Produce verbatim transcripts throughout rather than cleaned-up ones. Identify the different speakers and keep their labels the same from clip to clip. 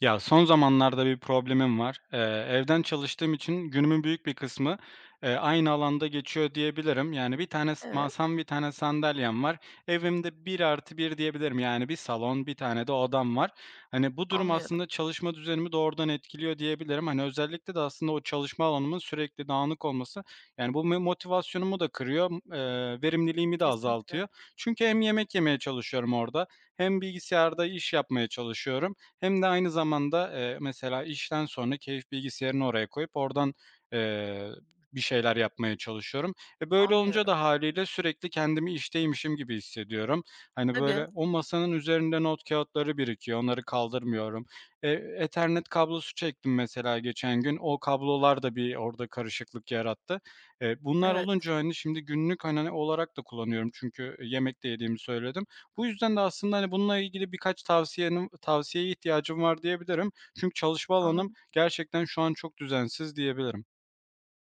Speaker 1: Ya, son zamanlarda bir problemim var. Eee, evden çalıştığım için günümün büyük bir kısmı, eee, aynı alanda geçiyor diyebilirim. Yani, bir tane s
Speaker 2: Evet,
Speaker 1: masam, bir tane sandalyem var. Evimde bir artı bir diyebilirim. Yani, bir salon, bir tane de odam var. Hani, bu durum
Speaker 2: anlıyorum.
Speaker 1: aslında çalışma düzenimi doğrudan etkiliyor diyebilirim. Hani, özellikle de aslında o çalışma alanımın sürekli dağınık olması, yani, bu me motivasyonumu da kırıyor, m eee, verimliliğimi de
Speaker 2: Kesinlikle
Speaker 1: azaltıyor. Çünkü hem yemek yemeye çalışıyorum orada hem bilgisayarda iş yapmaya çalışıyorum hem de aynı zamanda, eee, mesela işten sonra keyif bilgisayarını oraya koyup oradan, eee, bir şeyler yapmaya çalışıyorum. E, böyle olunca
Speaker 2: anlıyorum.
Speaker 1: da haliyle sürekli kendimi işteymişim gibi hissediyorum. Hani,
Speaker 2: Tabii,
Speaker 1: böyle, o masanın üzerinde not kağıtları birikiyor, onları kaldırmıyorum. E Ethernet kablosu çektim mesela geçen gün. O kablolar da bir orada karışıklık yarattı. Eee, bunlar
Speaker 2: evet,
Speaker 1: olunca, hani, şimdi günlük, hani, olarak da kullanıyorum çünkü yemek de yediğimi söyledim. Bu yüzden de aslında, hani, bununla ilgili birkaç tavsiyenim tavsiyeye ihtiyacım var diyebilirim. Çünkü çalışma alanım
Speaker 2: anladım,
Speaker 1: gerçekten şu an çok düzensiz diyebilirim.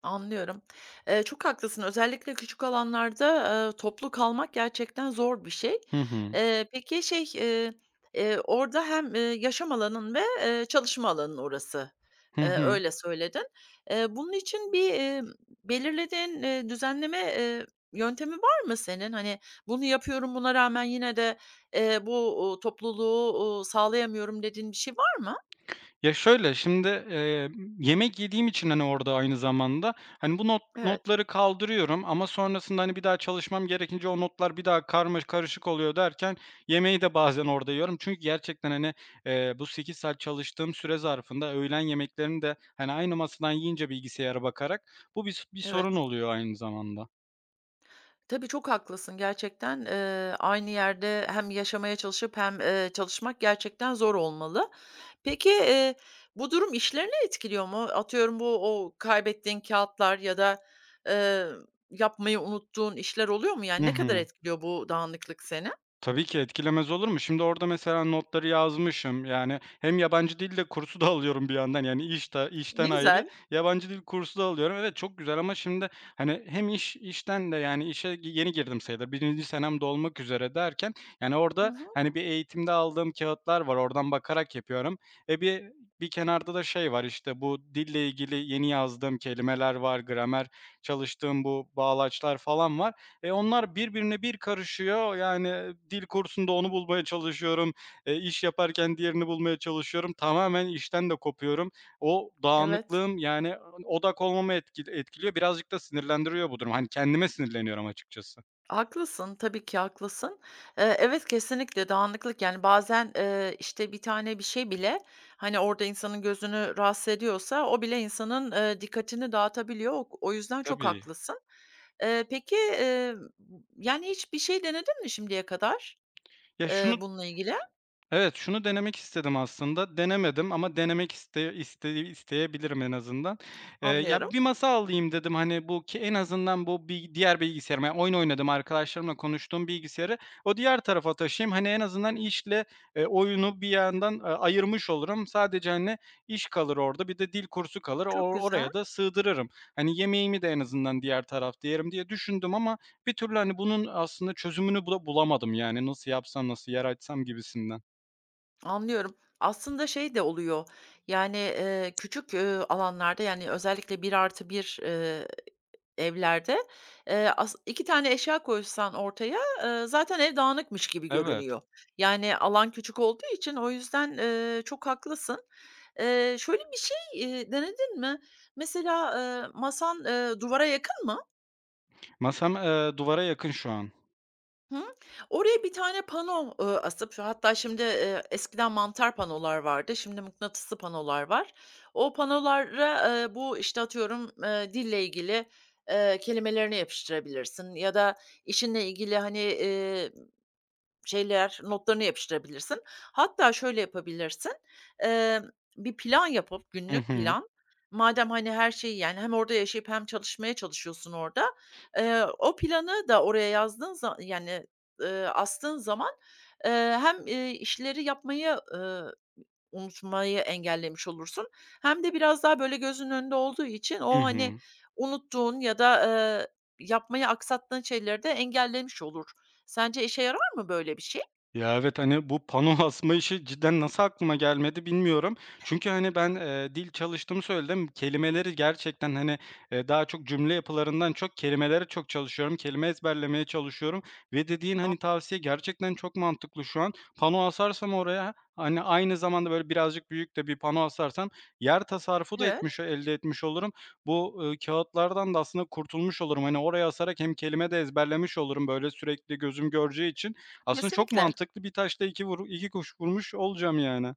Speaker 2: anlıyorum. Eee, çok haklısın. Özellikle küçük alanlarda, eee, toplu kalmak gerçekten zor bir şey.
Speaker 1: Hı hı.
Speaker 2: Eee, peki şey, eee, eee, orada hem, eee, yaşam alanın ve, eee, çalışma alanın orası.
Speaker 1: Hı
Speaker 2: Eee,
Speaker 1: hı.
Speaker 2: öyle söyledin. Eee, bunun için bir, eee, belirlediğin, eee, düzenleme, eee, yöntemi var mı senin? Hani, "Bunu yapıyorum, buna rağmen yine de, eee, bu, uuu, topluluğu, uuu, sağlayamıyorum." dediğin bir şey var mı?
Speaker 1: Ya, şöyle, şimdi, eee, yemek yediğim için, hani, orada aynı zamanda, hani, bu not
Speaker 2: Evet,
Speaker 1: notları kaldırıyorum ama sonrasında, hani, bir daha çalışmam gerekince o notlar bir daha karma karışık oluyor derken yemeği de bazen orada yiyorum. Çünkü gerçekten, hani, eee, bu sekiz saat çalıştığım süre zarfında öğlen yemeklerini de, hani, aynı masadan yiyince bilgisayara bakarak bu bir bir sorun
Speaker 2: evet.
Speaker 1: oluyor aynı zamanda.
Speaker 2: Tabii, çok haklısın gerçekten. Eee, aynı yerde hem yaşamaya çalışıp hem, eee, çalışmak gerçekten zor olmalı. Peki, eee, bu durum işlerini etkiliyor mu? Atıyorum, bu o kaybettiğin kâğıtlar ya da, eee, yapmayı unuttuğun işler oluyor mu? Yani,
Speaker 1: Hı
Speaker 2: ne kadar
Speaker 1: hı.
Speaker 2: etkiliyor bu dağınıklık seni?
Speaker 1: Tabii ki etkilemez olur mu? Şimdi orada mesela notları yazmışım. Yani hem yabancı dil de kursu da alıyorum bir yandan. Yani iş de
Speaker 2: Ne
Speaker 1: işten ayrı
Speaker 2: güzel.
Speaker 1: yabancı dil kursu da alıyorum. Evet, çok güzel ama şimdi, hani, hem iş işten de yani işe gi- yeni girdim sayılır. Birinci senem dolmak üzere derken, yani,
Speaker 2: Hı
Speaker 1: orada,
Speaker 2: hı.
Speaker 1: hani, bir eğitimde aldığım kağıtlar var. Oradan bakarak yapıyorum. E, bir bir kenarda da şey var, işte, bu dille ilgili yeni yazdığım kelimeler var, gramer çalıştığım bu bağlaçlar falan var. E, onlar birbirine bir karışıyor. Yani e, dil kursunda onu bulmaya çalışıyorum, eee, iş yaparken diğerini bulmaya çalışıyorum. Tamamen işten de kopuyorum. O
Speaker 2: Evet.
Speaker 1: dağınıklığım, yani odak olmamı etkil etkiliyor. Birazcık da sinirlendiriyor bu durum. Hani kendime sinirleniyorum açıkçası.
Speaker 2: Haklısın, tabii ki haklısın. Eee, evet, kesinlikle dağınıklık, yani, bazen, eee, işte, bir tane bir şey bile, hani, orada insanın gözünü rahatsız ediyorsa o bile insanın, eee, dikkatini dağıtabiliyor. O o yüzden çok
Speaker 1: Tabii.
Speaker 2: haklısın. Eee, peki, eee, yani, hiç bir şey denedin mi şimdiye kadar,
Speaker 1: Ya
Speaker 2: eee,
Speaker 1: şunu
Speaker 2: bununla ilgili?
Speaker 1: Evet, şunu denemek istedim aslında. Denemedim ama denemek iste iste isteyebilirim en azından. Eee, ya,
Speaker 2: Anlıyorum.
Speaker 1: bir masa alayım dedim, hani, bu ki en azından bu bir diğer bilgisayarıma, yani, oyun oynadım arkadaşlarımla konuştuğum bilgisayarı o diğer tarafa taşıyayım. Hani, en azından işle, eee, oyunu bir yandan, a ayırmış olurum. Sadece, hani, iş kalır orada, bir de dil kursu kalır.
Speaker 2: Çok
Speaker 1: Or
Speaker 2: güzel.
Speaker 1: oraya da sığdırırım. Hani, yemeğimi de en azından diğer tarafta yerim diye düşündüm ama bir türlü, hani, bunun aslında çözümünü bula bulamadım, yani, nasıl yapsam, nasıl yer açsam gibisinden.
Speaker 2: Anlıyorum. Aslında şey de oluyor, yani, eee, küçük, eee, alanlarda, yani, özellikle bir artı bir evlerde, eee, as iki tane eşya koysan ortaya, eee, zaten ev dağınıkmış gibi
Speaker 1: Evet.
Speaker 2: görünüyor. Yani, alan küçük olduğu için o yüzden, eee, çok haklısın. Eee, şöyle bir şey, eee, denedin mi? Mesela, eee, masan, eee, duvara yakın mı?
Speaker 1: Masam, eee, duvara yakın şu an.
Speaker 2: Hı. Oraya bir tane pano, eee, asıp şu hatta şimdi, eee, eskiden mantar panolar vardı, şimdi mıknatıslı panolar var. O panolara, eee, bu, işte, atıyorum, eee, dille ilgili, eee, kelimelerini yapıştırabilirsin ya da işinle ilgili, hani, eee, şeyler, notlarını yapıştırabilirsin. Hatta şöyle yapabilirsin, emm, bir plan yapıp
Speaker 1: Hı
Speaker 2: günlük
Speaker 1: hı.
Speaker 2: plan, madem, hani, her şeyi, yani, hem orada yaşayıp hem çalışmaya çalışıyorsun orada, eee, o planı da oraya yazdığın za yani, eee, astığın zaman, eee, hem, eee, işleri yapmayı, ııı, unutmayı engellemiş olursun hem de biraz daha, böyle, gözünün önünde olduğu için
Speaker 1: Hı
Speaker 2: o, hani,
Speaker 1: hı.
Speaker 2: unuttuğun ya da, eee, yapmayı aksattığın şeyleri de engellemiş olur. Sence işe yarar mı böyle bir şey?
Speaker 1: Ya, evet, hani, bu pano asma işi cidden nasıl aklıma gelmedi bilmiyorum. Çünkü, hani, ben, eee, dil çalıştığımı söyledim. Kelimeleri gerçekten, hani, eee, daha çok cümle yapılarından çok kelimelere çok çalışıyorum. Kelime ezberlemeye çalışıyorum ve dediğin,
Speaker 2: A
Speaker 1: hani, tavsiye gerçekten çok mantıklı şu an. Pano asarsam oraya, hani, aynı zamanda, böyle, birazcık büyük de bir pano asarsam yer tasarrufu da
Speaker 2: evet,
Speaker 1: etmiş elde etmiş olurum. Bu, ııı, kâğıtlardan da aslında kurtulmuş olurum. Hani, oraya asarak hem kelime de ezberlemiş olurum, böyle, sürekli gözüm göreceği için. Aslında çok
Speaker 2: kesinlikle.
Speaker 1: mantıklı. Bir taşla iki vur iki kuş vurmuş olacağım yani.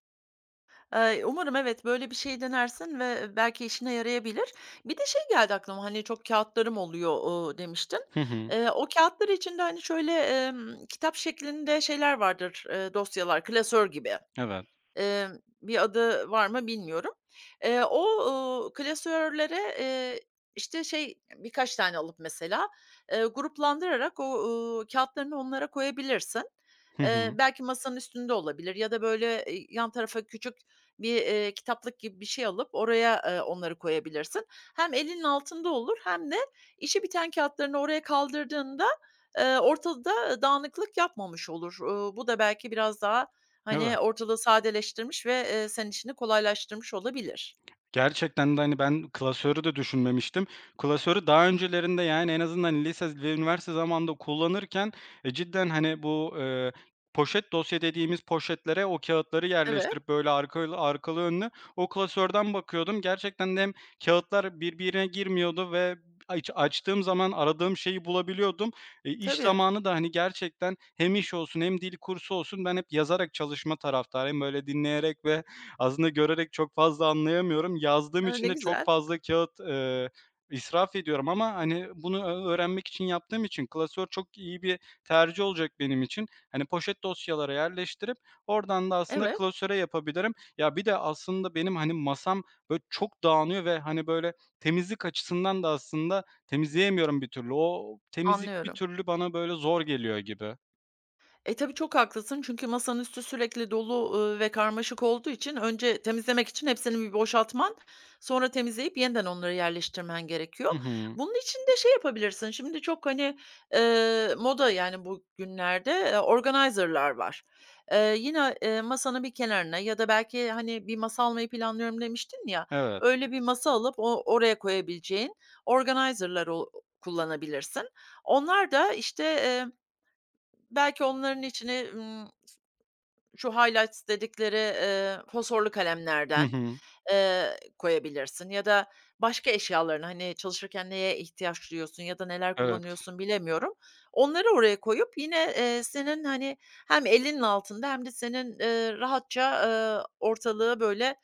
Speaker 2: Eee, umarım evet, böyle bir şey denersin ve belki işine yarayabilir. Bir de şey geldi aklıma, hani, çok kağıtlarım oluyor, ooo, demiştin.
Speaker 1: Hı hı.
Speaker 2: Eee, o kâğıtlar içinde, hani, şöyle, emm, kitap şeklinde şeyler vardır, eee, dosyalar, klasör gibi.
Speaker 1: Evet.
Speaker 2: Emm, Bir adı var mı bilmiyorum. Eee, o, uuu, klasörlere, eee, işte, şey, birkaç tane alıp mesela, eee, gruplandırarak o, uuu, kâğıtlarını onlara koyabilirsin.
Speaker 1: Hı
Speaker 2: Eee,
Speaker 1: hı.
Speaker 2: belki masanın üstünde olabilir ya da böyle, eee, yan tarafa küçük bir, eee, kitaplık gibi bir şey alıp oraya, eee, onları koyabilirsin. Hem elinin altında olur hem de işi biten kâğıtlarını oraya kaldırdığında, eee, ortada dağınıklık yapmamış olur. Uuu, bu da belki biraz daha
Speaker 1: Evet.
Speaker 2: hani, ortalığı sadeleştirmiş ve, eee, senin işini kolaylaştırmış olabilir.
Speaker 1: Gerçekten de, hani, ben klasörü de düşünmemiştim. Klasörü daha öncelerinde, yani, en azından lise ve üniversite zamanında kullanırken, e, cidden, hani, bu, eee, poşet dosya dediğimiz poşetlere o kağıtları
Speaker 2: Evet,
Speaker 1: yerleştirip, böyle, arkalı arkalı önlü o klasörden bakıyordum. Gerçekten de hem kâğıtlar birbirine girmiyordu ve aç açtığım zaman aradığım şeyi bulabiliyordum. E, iş
Speaker 2: tabii.
Speaker 1: zamanı da, hani, gerçekten hem iş olsun hem dil kursu olsun ben hep yazarak çalışma taraftarıyım. Böyle, dinleyerek ve aslında görerek çok fazla anlayamıyorum. Yazdığım
Speaker 2: A,
Speaker 1: için
Speaker 2: ne
Speaker 1: de çok
Speaker 2: güzel.
Speaker 1: fazla kağıt eee, israf ediyorum ama, hani, bunu ö öğrenmek için yaptığım için klasör çok iyi bir tercih olacak benim için. Hani, poşet dosyalara yerleştirip oradan da aslında
Speaker 2: Evet,
Speaker 1: klasöre yapabilirim. Ya, bir de aslında benim, hani, masam, böyle, çok dağınıyor ve, hani, böyle, temizlik açısından da aslında temizleyemiyorum bir türlü. O temizlik bir
Speaker 2: anlıyorum.
Speaker 1: türlü bana, böyle, zor geliyor gibi.
Speaker 2: E, tabii çok haklısın çünkü masanın üstü sürekli dolu, ııı, ve karmaşık olduğu için önce temizlemek için hepsini bir boşaltman, sonra temizleyip yeniden onları yerleştirmen gerekiyor.
Speaker 1: Hı hı.
Speaker 2: Bunun için de şey yapabilirsin, şimdi çok, hani, eee, moda yani bugünlerde, eee, organizer'lar var. Eee, yine, eee, masanın bir kenarına ya da belki, hani, bir masa almayı planlıyorum demiştin ya,
Speaker 1: Evet.
Speaker 2: öyle bir masa alıp o oraya koyabileceğin organizer'lar o kullanabilirsin. Onlar da, işte, eee, belki onların içine, ımm, şu highlights dedikleri, eee, fosforlu
Speaker 1: Hı
Speaker 2: kalemlerden,
Speaker 1: hı.
Speaker 2: eee, koyabilirsin ya da başka eşyalarını, hani, çalışırken neye ihtiyaç duyuyorsun ya da neler
Speaker 1: Evet.
Speaker 2: kullanıyorsun bilemiyorum. Onları oraya koyup yine, eee, senin, hani, hem elinin altında hem de senin, eee, rahatça, eee, ortalığı böyle,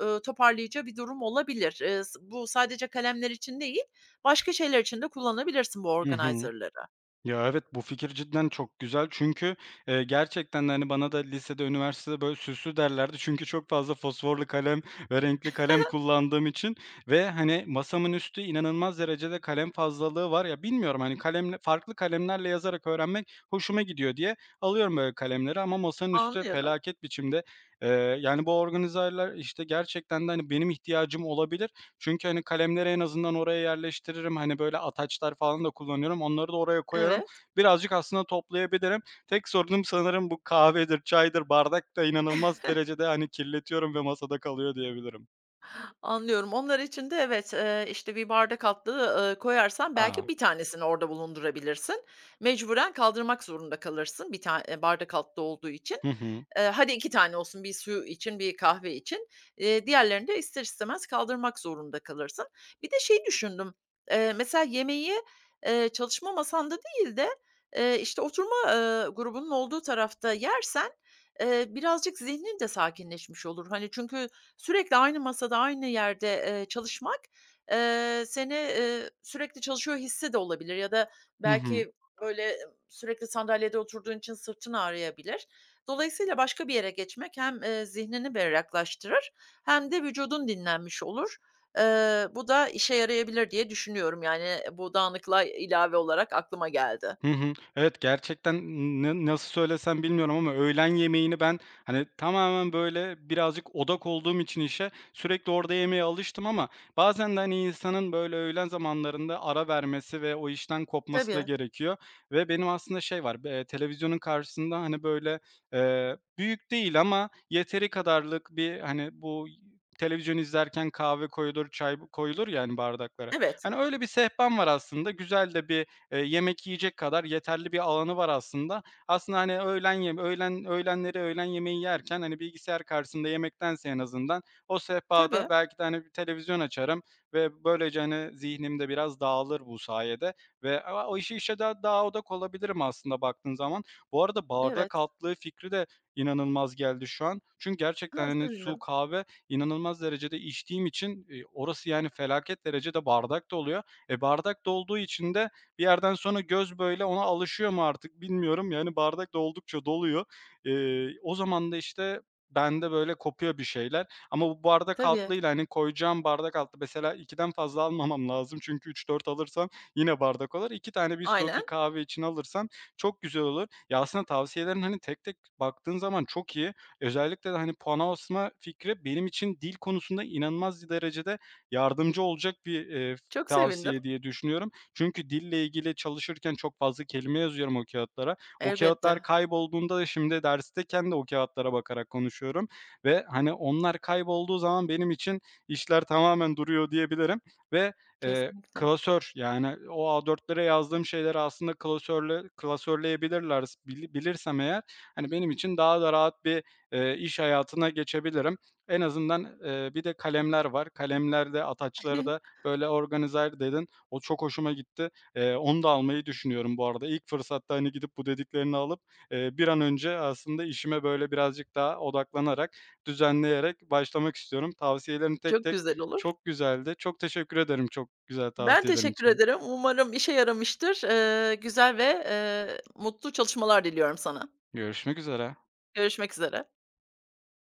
Speaker 2: ııı, toparlayacağı bir durum olabilir. Eee, s Bu sadece kalemler için değil, başka şeyler için de kullanabilirsin bu
Speaker 1: Hı hı.
Speaker 2: organizer'ları.
Speaker 1: Ya, evet, bu fikir cidden çok güzel çünkü, eee, gerçekten de, hani, bana da lisede, üniversitede böyle süslü derlerdi. Çünkü çok fazla fosforlu kalem ve renkli kalem kullandığım için ve, hani, masamın üstü inanılmaz derecede kalem fazlalığı var. Ya, bilmiyorum, hani, kalemle farklı kalemlerle yazarak öğrenmek hoşuma gidiyor diye alıyorum böyle kalemleri ama masanın üstü
Speaker 2: Anlıyorum.
Speaker 1: felaket biçimde. Eee, Yani, bu organizerler, işte, gerçekten de, hani, benim ihtiyacım olabilir çünkü, hani, kalemleri en azından oraya yerleştiririm. Hani, böyle ataçlar falan da kullanıyorum. Onları da oraya koyarım.
Speaker 2: Evet.
Speaker 1: Birazcık aslında toplayabilirim. Tek sorunum sanırım bu kahvedir, çaydır. Bardak da inanılmaz derecede, hani, kirletiyorum ve masada kalıyor diyebilirim.
Speaker 2: Anlıyorum. Onlar için de evet, eee, işte, bir bardak altlığı, ııı, koyarsan
Speaker 1: Aa.
Speaker 2: belki bir tanesini orada bulundurabilirsin. Mecburen kaldırmak zorunda kalırsın bir ta bardak altlığı olduğu için.
Speaker 1: Hı hı.
Speaker 2: Eee, hadi iki tane olsun, bir su için, bir kahve için. Eee, diğerlerini de ister istemez kaldırmak zorunda kalırsın. Bir de şey düşündüm, eee, mesela yemeği, eee, çalışma masanda değil de, eee, işte, oturma, eee, grubunun olduğu tarafta yersen, eee, birazcık zihnin de sakinleşmiş olur. Hani, çünkü sürekli aynı masada, aynı yerde, eee, çalışmak, eee, seni, eee, sürekli çalışıyor hissi de olabilir ya da
Speaker 1: Hı hı.
Speaker 2: belki, böyle, sürekli sandalyede oturduğun için sırtın ağrıyabilir. Dolayısıyla başka bir yere geçmek hem, eee, zihnini berraklaştırır hem de vücudun dinlenmiş olur. Eee, bu da işe yarayabilir diye düşünüyorum. Yani, bu dağınıklığa ilave olarak aklıma geldi.
Speaker 1: Hı hı. Evet, gerçekten n nasıl söylesem bilmiyorum ama öğlen yemeğini ben, hani, tamamen, böyle, birazcık odak olduğum için işe sürekli orada yemeye alıştım ama bazen de, hani, insanın, böyle, öğlen zamanlarında ara vermesi ve o işten kopması da
Speaker 2: Tabii.
Speaker 1: gerekiyor ve benim aslında şey var, eee, televizyonun karşısında, hani, böyle, eee, büyük değil ama yeteri kadarlık bir, hani, bu televizyon izlerken kahve koyulur, çay koyulur yani bardaklara.
Speaker 2: Evet.
Speaker 1: Hani, öyle bir sehpam var aslında. Güzel de bir. Eee, yemek yiyecek kadar yeterli bir alanı var aslında. Aslında, hani, öğlen yeme öğlen öğlenleri öğlen yemeği yerken, hani, bilgisayar karşısında yemektense en azından o sehpada
Speaker 2: Tabii.
Speaker 1: belki de, hani, bir televizyon açarım ve böylece, hani, zihnimde biraz dağılır bu sayede ve a o işi işe daha daha odak olabilirim aslında baktığın zaman. Bu arada bardak
Speaker 2: Evet.
Speaker 1: altlığı fikri de inanılmaz geldi şu an. Çünkü gerçekten,
Speaker 2: Ha,
Speaker 1: hani, su,
Speaker 2: sevindim.
Speaker 1: kahve inanılmaz derecede içtiğim için, eee, orası, yani, felaket derecede bardak doluyor. E, bardak dolduğu için de bir yerden sonra göz böyle ona alışıyor mu artık bilmiyorum. Yani bardak da oldukça doluyor. Eee, o zaman da işte bende böyle kopuyor bir şeyler. Ama bu bardak
Speaker 2: Tabii.
Speaker 1: altlığıyla, hani, koyacağım bardak altlığı mesela ikiden fazla almamam lazım çünkü üç dört alırsam yine bardak olur. iki tane bir su, bir
Speaker 2: Aynen.
Speaker 1: kahve için alırsam çok güzel olur. Ya, aslında tavsiyelerin, hani, tek tek baktığın zaman çok iyi. Özellikle de, hani, puan asma fikri benim için dil konusunda inanılmaz derecede yardımcı olacak bir, eee,
Speaker 2: Çok sevindim.
Speaker 1: tavsiye diye düşünüyorum. Çünkü dille ilgili çalışırken çok fazla kelime yazıyorum o kâğıtlara. O kâğıtlar
Speaker 2: Elbette.
Speaker 1: kaybolduğunda da şimdi dersteyken de o kâğıtlara bakarak konuşuyorum ve, hani, onlar kaybolduğu zaman benim için işler tamamen duruyor diyebilirim ve, eee,
Speaker 2: Kesinlikle.
Speaker 1: klasör, yani, o A dörtlere yazdığım şeyleri aslında klasörle klasörleyebilirlerse bili bilirsem eğer, hani, benim için daha da rahat bir, eee, iş hayatına geçebilirim. En azından, eee, bir de kalemler var. Kalemlerde ataçları da böyle organizer dedin. O çok hoşuma gitti. Eee, onu da almayı düşünüyorum bu arada. İlk fırsatta, hani, gidip bu dediklerini alıp, eee, bir an önce aslında işime, böyle, birazcık daha odaklanarak, düzenleyerek başlamak istiyorum. Tavsiyelerin tek
Speaker 2: Çok
Speaker 1: tek
Speaker 2: güzel olur.
Speaker 1: çok güzeldi. Çok teşekkür ederim çok güzel
Speaker 2: Ben
Speaker 1: tavsiyelerin
Speaker 2: teşekkür
Speaker 1: için.
Speaker 2: ederim. Umarım işe yaramıştır. Eee, güzel ve, eee, mutlu çalışmalar diliyorum sana.
Speaker 1: Görüşmek üzere.
Speaker 2: Görüşmek üzere.